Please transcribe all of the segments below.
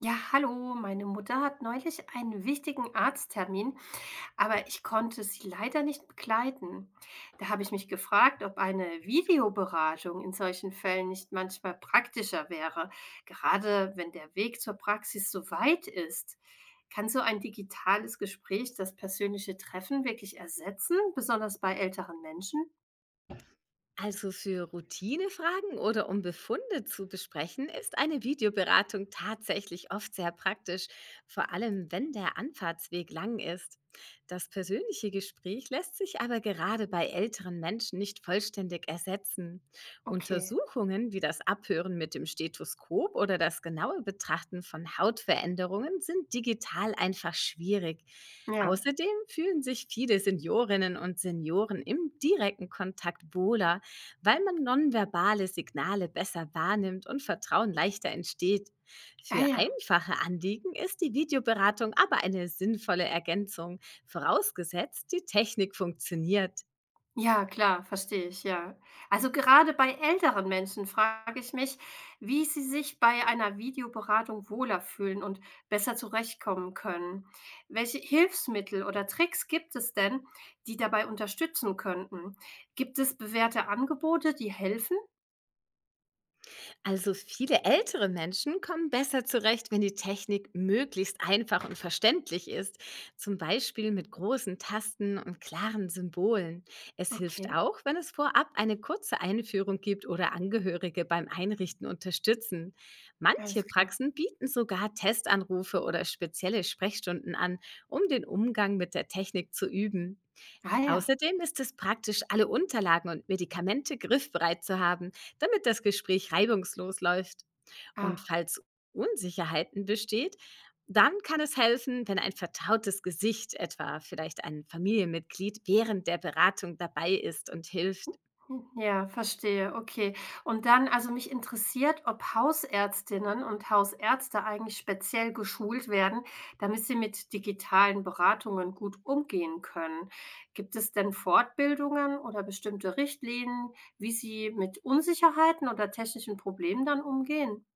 Ja, hallo, meine Mutter hat neulich einen wichtigen Arzttermin, aber ich konnte sie leider nicht begleiten. Da habe ich mich gefragt, ob eine Videoberatung in solchen Fällen nicht manchmal praktischer wäre, gerade wenn der Weg zur Praxis so weit ist. Kann so ein digitales Gespräch das persönliche Treffen wirklich ersetzen, besonders bei älteren Menschen? Also für Routinefragen oder um Befunde zu besprechen, ist eine Videoberatung tatsächlich oft sehr praktisch, vor allem wenn der Anfahrtsweg lang ist. Das persönliche Gespräch lässt sich aber gerade bei älteren Menschen nicht vollständig ersetzen. Okay. Untersuchungen wie das Abhören mit dem Stethoskop oder das genaue Betrachten von Hautveränderungen sind digital einfach schwierig. Ja. Außerdem fühlen sich viele Seniorinnen und Senioren im direkten Kontakt wohler, weil man nonverbale Signale besser wahrnimmt und Vertrauen leichter entsteht. Ah Für ja. einfache Anliegen ist die Videoberatung aber eine sinnvolle Ergänzung, vorausgesetzt die Technik funktioniert. Ja, klar, verstehe ich, ja. Also gerade bei älteren Menschen frage ich mich, wie sie sich bei einer Videoberatung wohler fühlen und besser zurechtkommen können. Welche Hilfsmittel oder Tricks gibt es denn, die dabei unterstützen könnten? Gibt es bewährte Angebote, die helfen? Also viele ältere Menschen kommen besser zurecht, wenn die Technik möglichst einfach und verständlich ist, zum Beispiel mit großen Tasten und klaren Symbolen. Es hilft Okay, auch, wenn es vorab eine kurze Einführung gibt oder Angehörige beim Einrichten unterstützen. Manche alles klar. Praxen bieten sogar Testanrufe oder spezielle Sprechstunden an, um den Umgang mit der Technik zu üben. Ah ja, Außerdem ist es praktisch, alle Unterlagen und Medikamente griffbereit zu haben, damit das Gespräch reibungslos läuft. Und ah. falls Unsicherheiten besteht, dann kann es helfen, wenn ein vertrautes Gesicht, etwa vielleicht ein Familienmitglied, während der Beratung dabei ist und hilft. Ja, verstehe, okay. Und dann also, mich interessiert, ob Hausärztinnen und Hausärzte eigentlich speziell geschult werden, damit sie mit digitalen Beratungen gut umgehen können. Gibt es denn Fortbildungen oder bestimmte Richtlinien, wie sie mit Unsicherheiten oder technischen Problemen dann umgehen?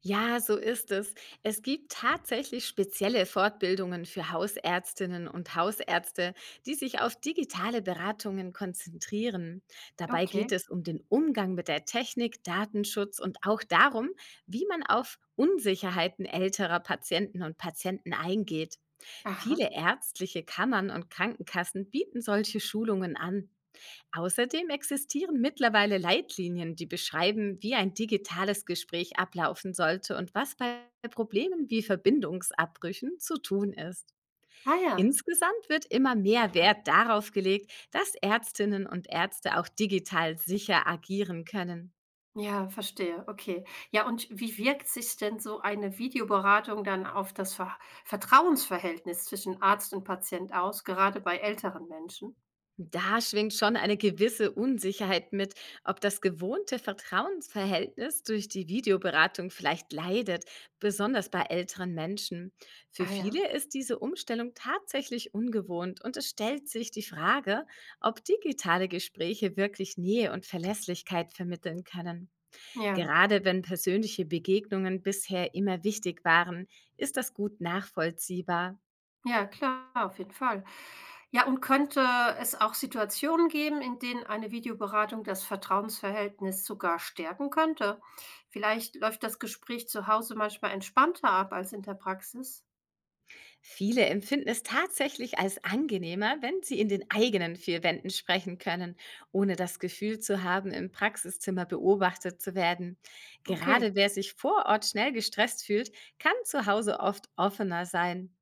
Ja, so ist es. Es gibt tatsächlich spezielle Fortbildungen für Hausärztinnen und Hausärzte, die sich auf digitale Beratungen konzentrieren. Dabei geht Okay. es um den Umgang mit der Technik, Datenschutz und auch darum, wie man auf Unsicherheiten älterer Patienten und Patienten eingeht. Aha. Viele ärztliche Kammern und Krankenkassen bieten solche Schulungen an. Außerdem existieren mittlerweile Leitlinien, die beschreiben, wie ein digitales Gespräch ablaufen sollte und was bei Problemen wie Verbindungsabbrüchen zu tun ist. Ah ja. Insgesamt wird immer mehr Wert darauf gelegt, dass Ärztinnen und Ärzte auch digital sicher agieren können. Ja, verstehe, okay. Ja, und wie wirkt sich denn so eine Videoberatung dann auf das Vertrauensverhältnis zwischen Arzt und Patient aus, gerade bei älteren Menschen? Da schwingt schon eine gewisse Unsicherheit mit, ob das gewohnte Vertrauensverhältnis durch die Videoberatung vielleicht leidet, besonders bei älteren Menschen. Für Ah ja, viele ist diese Umstellung tatsächlich ungewohnt und es stellt sich die Frage, ob digitale Gespräche wirklich Nähe und Verlässlichkeit vermitteln können. ja, Gerade wenn persönliche Begegnungen bisher immer wichtig waren, ist das gut nachvollziehbar. ja, klar, auf jeden Fall. Ja, und könnte es auch Situationen geben, in denen eine Videoberatung das Vertrauensverhältnis sogar stärken könnte? Vielleicht läuft das Gespräch zu Hause manchmal entspannter ab als in der Praxis? Viele empfinden es tatsächlich als angenehmer, wenn sie in den eigenen vier Wänden sprechen können, ohne das Gefühl zu haben, im Praxiszimmer beobachtet zu werden. Okay. Gerade wer sich vor Ort schnell gestresst fühlt, kann zu Hause oft offener sein.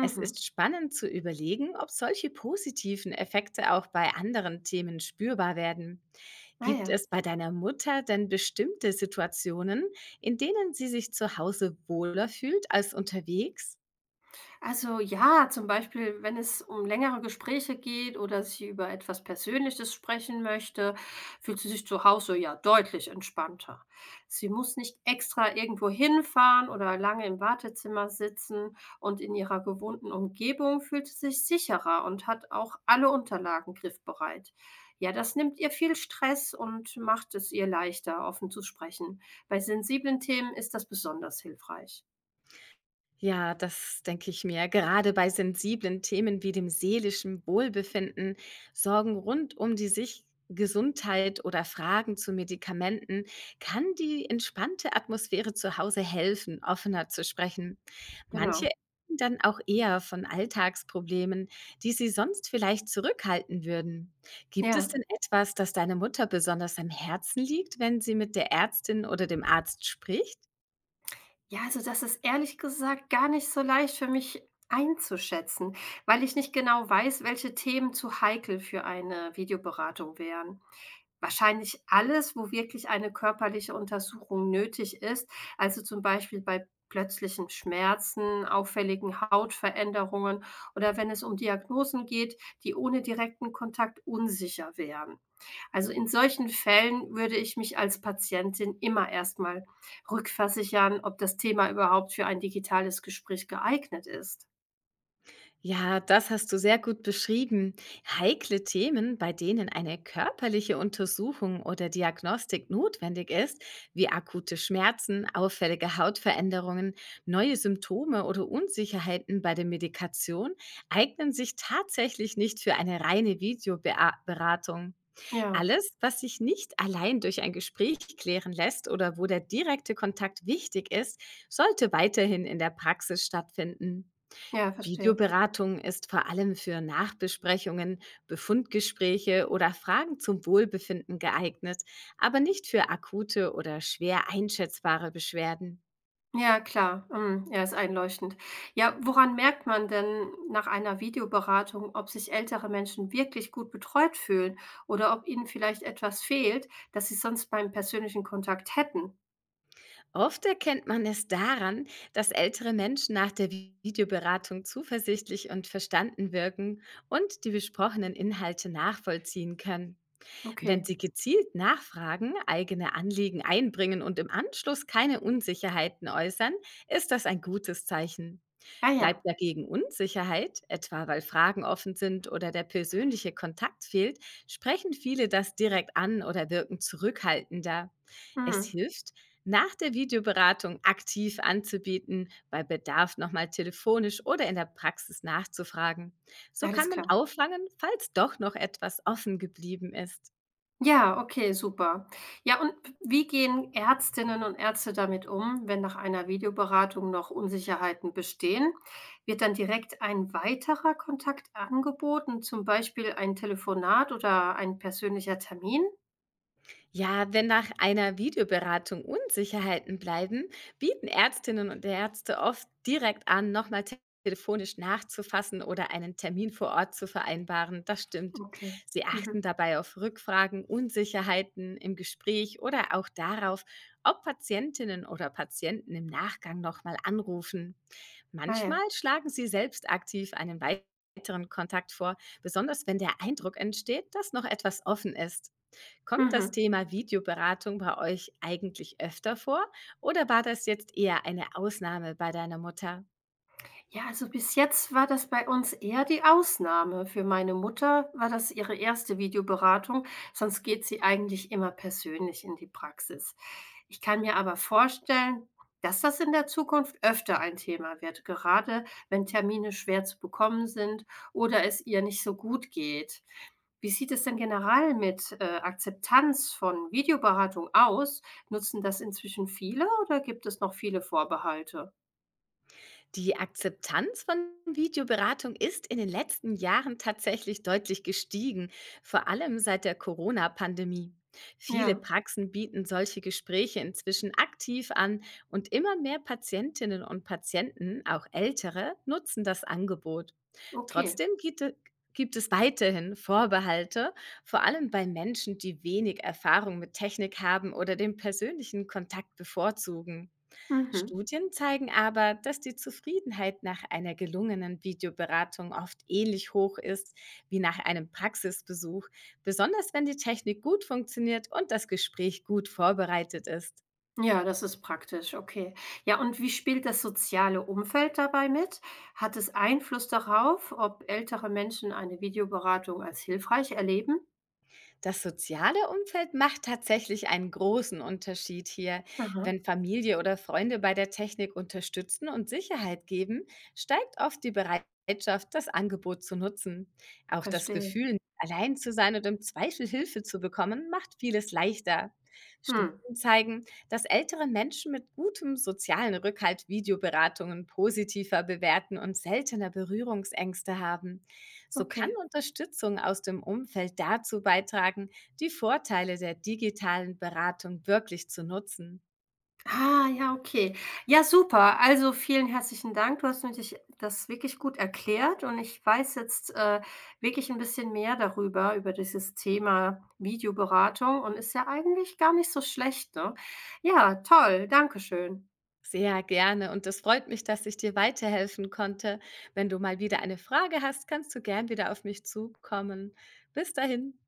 Es ist spannend zu überlegen, ob solche positiven Effekte auch bei anderen Themen spürbar werden. Ah Gibt ja. es bei deiner Mutter denn bestimmte Situationen, in denen sie sich zu Hause wohler fühlt als unterwegs? Also ja, zum Beispiel, wenn es um längere Gespräche geht oder sie über etwas Persönliches sprechen möchte, fühlt sie sich zu Hause ja deutlich entspannter. Sie muss nicht extra irgendwo hinfahren oder lange im Wartezimmer sitzen und in ihrer gewohnten Umgebung fühlt sie sich sicherer und hat auch alle Unterlagen griffbereit. Ja, das nimmt ihr viel Stress und macht es ihr leichter, offen zu sprechen. Bei sensiblen Themen ist das besonders hilfreich. Ja, das denke ich mir. Gerade bei sensiblen Themen wie dem seelischen Wohlbefinden, Sorgen rund um die sich Gesundheit oder Fragen zu Medikamenten kann die entspannte Atmosphäre zu Hause helfen, offener zu sprechen. Manche Genau. erzählen dann auch eher von Alltagsproblemen, die sie sonst vielleicht zurückhalten würden. Gibt es Ja. denn etwas, das deine Mutter besonders am Herzen liegt, wenn sie mit der Ärztin oder dem Arzt spricht? Ja, also das ist ehrlich gesagt gar nicht so leicht für mich einzuschätzen, weil ich nicht genau weiß, welche Themen zu heikel für eine Videoberatung wären. Wahrscheinlich alles, wo wirklich eine körperliche Untersuchung nötig ist, also zum Beispiel bei plötzlichen Schmerzen, auffälligen Hautveränderungen oder wenn es um Diagnosen geht, die ohne direkten Kontakt unsicher wären. Also in solchen Fällen würde ich mich als Patientin immer erstmal rückversichern, ob das Thema überhaupt für ein digitales Gespräch geeignet ist. Ja, das hast du sehr gut beschrieben. Heikle Themen, bei denen eine körperliche Untersuchung oder Diagnostik notwendig ist, wie akute Schmerzen, auffällige Hautveränderungen, neue Symptome oder Unsicherheiten bei der Medikation, eignen sich tatsächlich nicht für eine reine Videoberatung. Ja, Alles, was sich nicht allein durch ein Gespräch klären lässt oder wo der direkte Kontakt wichtig ist, sollte weiterhin in der Praxis stattfinden. ja, verstehe. Videoberatung ist vor allem für Nachbesprechungen, Befundgespräche oder Fragen zum Wohlbefinden geeignet, aber nicht für akute oder schwer einschätzbare Beschwerden. Ja, klar. Mhm. Ja, ist einleuchtend. Ja, woran merkt man denn nach einer Videoberatung, ob sich ältere Menschen wirklich gut betreut fühlen oder ob ihnen vielleicht etwas fehlt, das sie sonst beim persönlichen Kontakt hätten? Oft erkennt man es daran, dass ältere Menschen nach der Videoberatung zuversichtlich und verstanden wirken und die besprochenen Inhalte nachvollziehen können. Wenn Okay. sie gezielt nachfragen, eigene Anliegen einbringen und im Anschluss keine Unsicherheiten äußern, ist das ein gutes Zeichen. Ah Bleibt ja. dagegen Unsicherheit, etwa weil Fragen offen sind oder der persönliche Kontakt fehlt, sprechen viele das direkt an oder wirken zurückhaltender. Es Mhm. hilft, nach der Videoberatung aktiv anzubieten, bei Bedarf nochmal telefonisch oder in der Praxis nachzufragen. So kann Alles man klar. auffangen, falls doch noch etwas offen geblieben ist. Ja, okay, super. Ja, und wie gehen Ärztinnen und Ärzte damit um, wenn nach einer Videoberatung noch Unsicherheiten bestehen? Wird dann direkt ein weiterer Kontakt angeboten, zum Beispiel ein Telefonat oder ein persönlicher Termin? Ja, wenn nach einer Videoberatung Unsicherheiten bleiben, bieten Ärztinnen und Ärzte oft direkt an, nochmal telefonisch nachzufassen oder einen Termin vor Ort zu vereinbaren. Das stimmt. Okay. Sie achten Mhm. dabei auf Rückfragen, Unsicherheiten im Gespräch oder auch darauf, ob Patientinnen oder Patienten im Nachgang nochmal anrufen. Ah ja. Manchmal schlagen sie selbst aktiv einen weiteren Kontakt vor, besonders wenn der Eindruck entsteht, dass noch etwas offen ist. Kommt das Mhm. Thema Videoberatung bei euch eigentlich öfter vor oder war das jetzt eher eine Ausnahme bei deiner Mutter? Ja, also bis jetzt war das bei uns eher die Ausnahme. Für meine Mutter war das ihre erste Videoberatung, sonst geht sie eigentlich immer persönlich in die Praxis. Ich kann mir aber vorstellen, dass das in der Zukunft öfter ein Thema wird, gerade wenn Termine schwer zu bekommen sind oder es ihr nicht so gut geht. Wie sieht es denn generell mit Akzeptanz von Videoberatung aus? Nutzen das inzwischen viele oder gibt es noch viele Vorbehalte? Die Akzeptanz von Videoberatung ist in den letzten Jahren tatsächlich deutlich gestiegen, vor allem seit der Corona-Pandemie. Viele Ja, Praxen bieten solche Gespräche inzwischen aktiv an und immer mehr Patientinnen und Patienten, auch ältere, nutzen das Angebot. okay. Trotzdem gibt es weiterhin Vorbehalte, vor allem bei Menschen, die wenig Erfahrung mit Technik haben oder den persönlichen Kontakt bevorzugen. Mhm. Studien zeigen aber, dass die Zufriedenheit nach einer gelungenen Videoberatung oft ähnlich hoch ist wie nach einem Praxisbesuch, besonders wenn die Technik gut funktioniert und das Gespräch gut vorbereitet ist. Ja, das ist praktisch, okay. Ja, und wie spielt das soziale Umfeld dabei mit? Hat es Einfluss darauf, ob ältere Menschen eine Videoberatung als hilfreich erleben? Das soziale Umfeld macht tatsächlich einen großen Unterschied hier. Aha, Wenn Familie oder Freunde bei der Technik unterstützen und Sicherheit geben, steigt oft die Bereitschaft, das Angebot zu nutzen. Auch das verstehe. Gefühl, nicht allein zu sein und im Zweifel Hilfe zu bekommen, macht vieles leichter. Studien Hm, zeigen, dass ältere Menschen mit gutem sozialen Rückhalt Videoberatungen positiver bewerten und seltener Berührungsängste haben. So kann okay. Unterstützung aus dem Umfeld dazu beitragen, die Vorteile der digitalen Beratung wirklich zu nutzen. Ah, ja, okay. Ja, super. Also vielen herzlichen Dank. Du hast mir dich das wirklich gut erklärt und ich weiß jetzt wirklich ein bisschen mehr darüber, über dieses Thema Videoberatung und ist ja eigentlich gar nicht so schlecht, ne? Ja, toll. Dankeschön. Sehr gerne und es freut mich, dass ich dir weiterhelfen konnte. Wenn du mal wieder eine Frage hast, kannst du gern wieder auf mich zukommen. Bis dahin.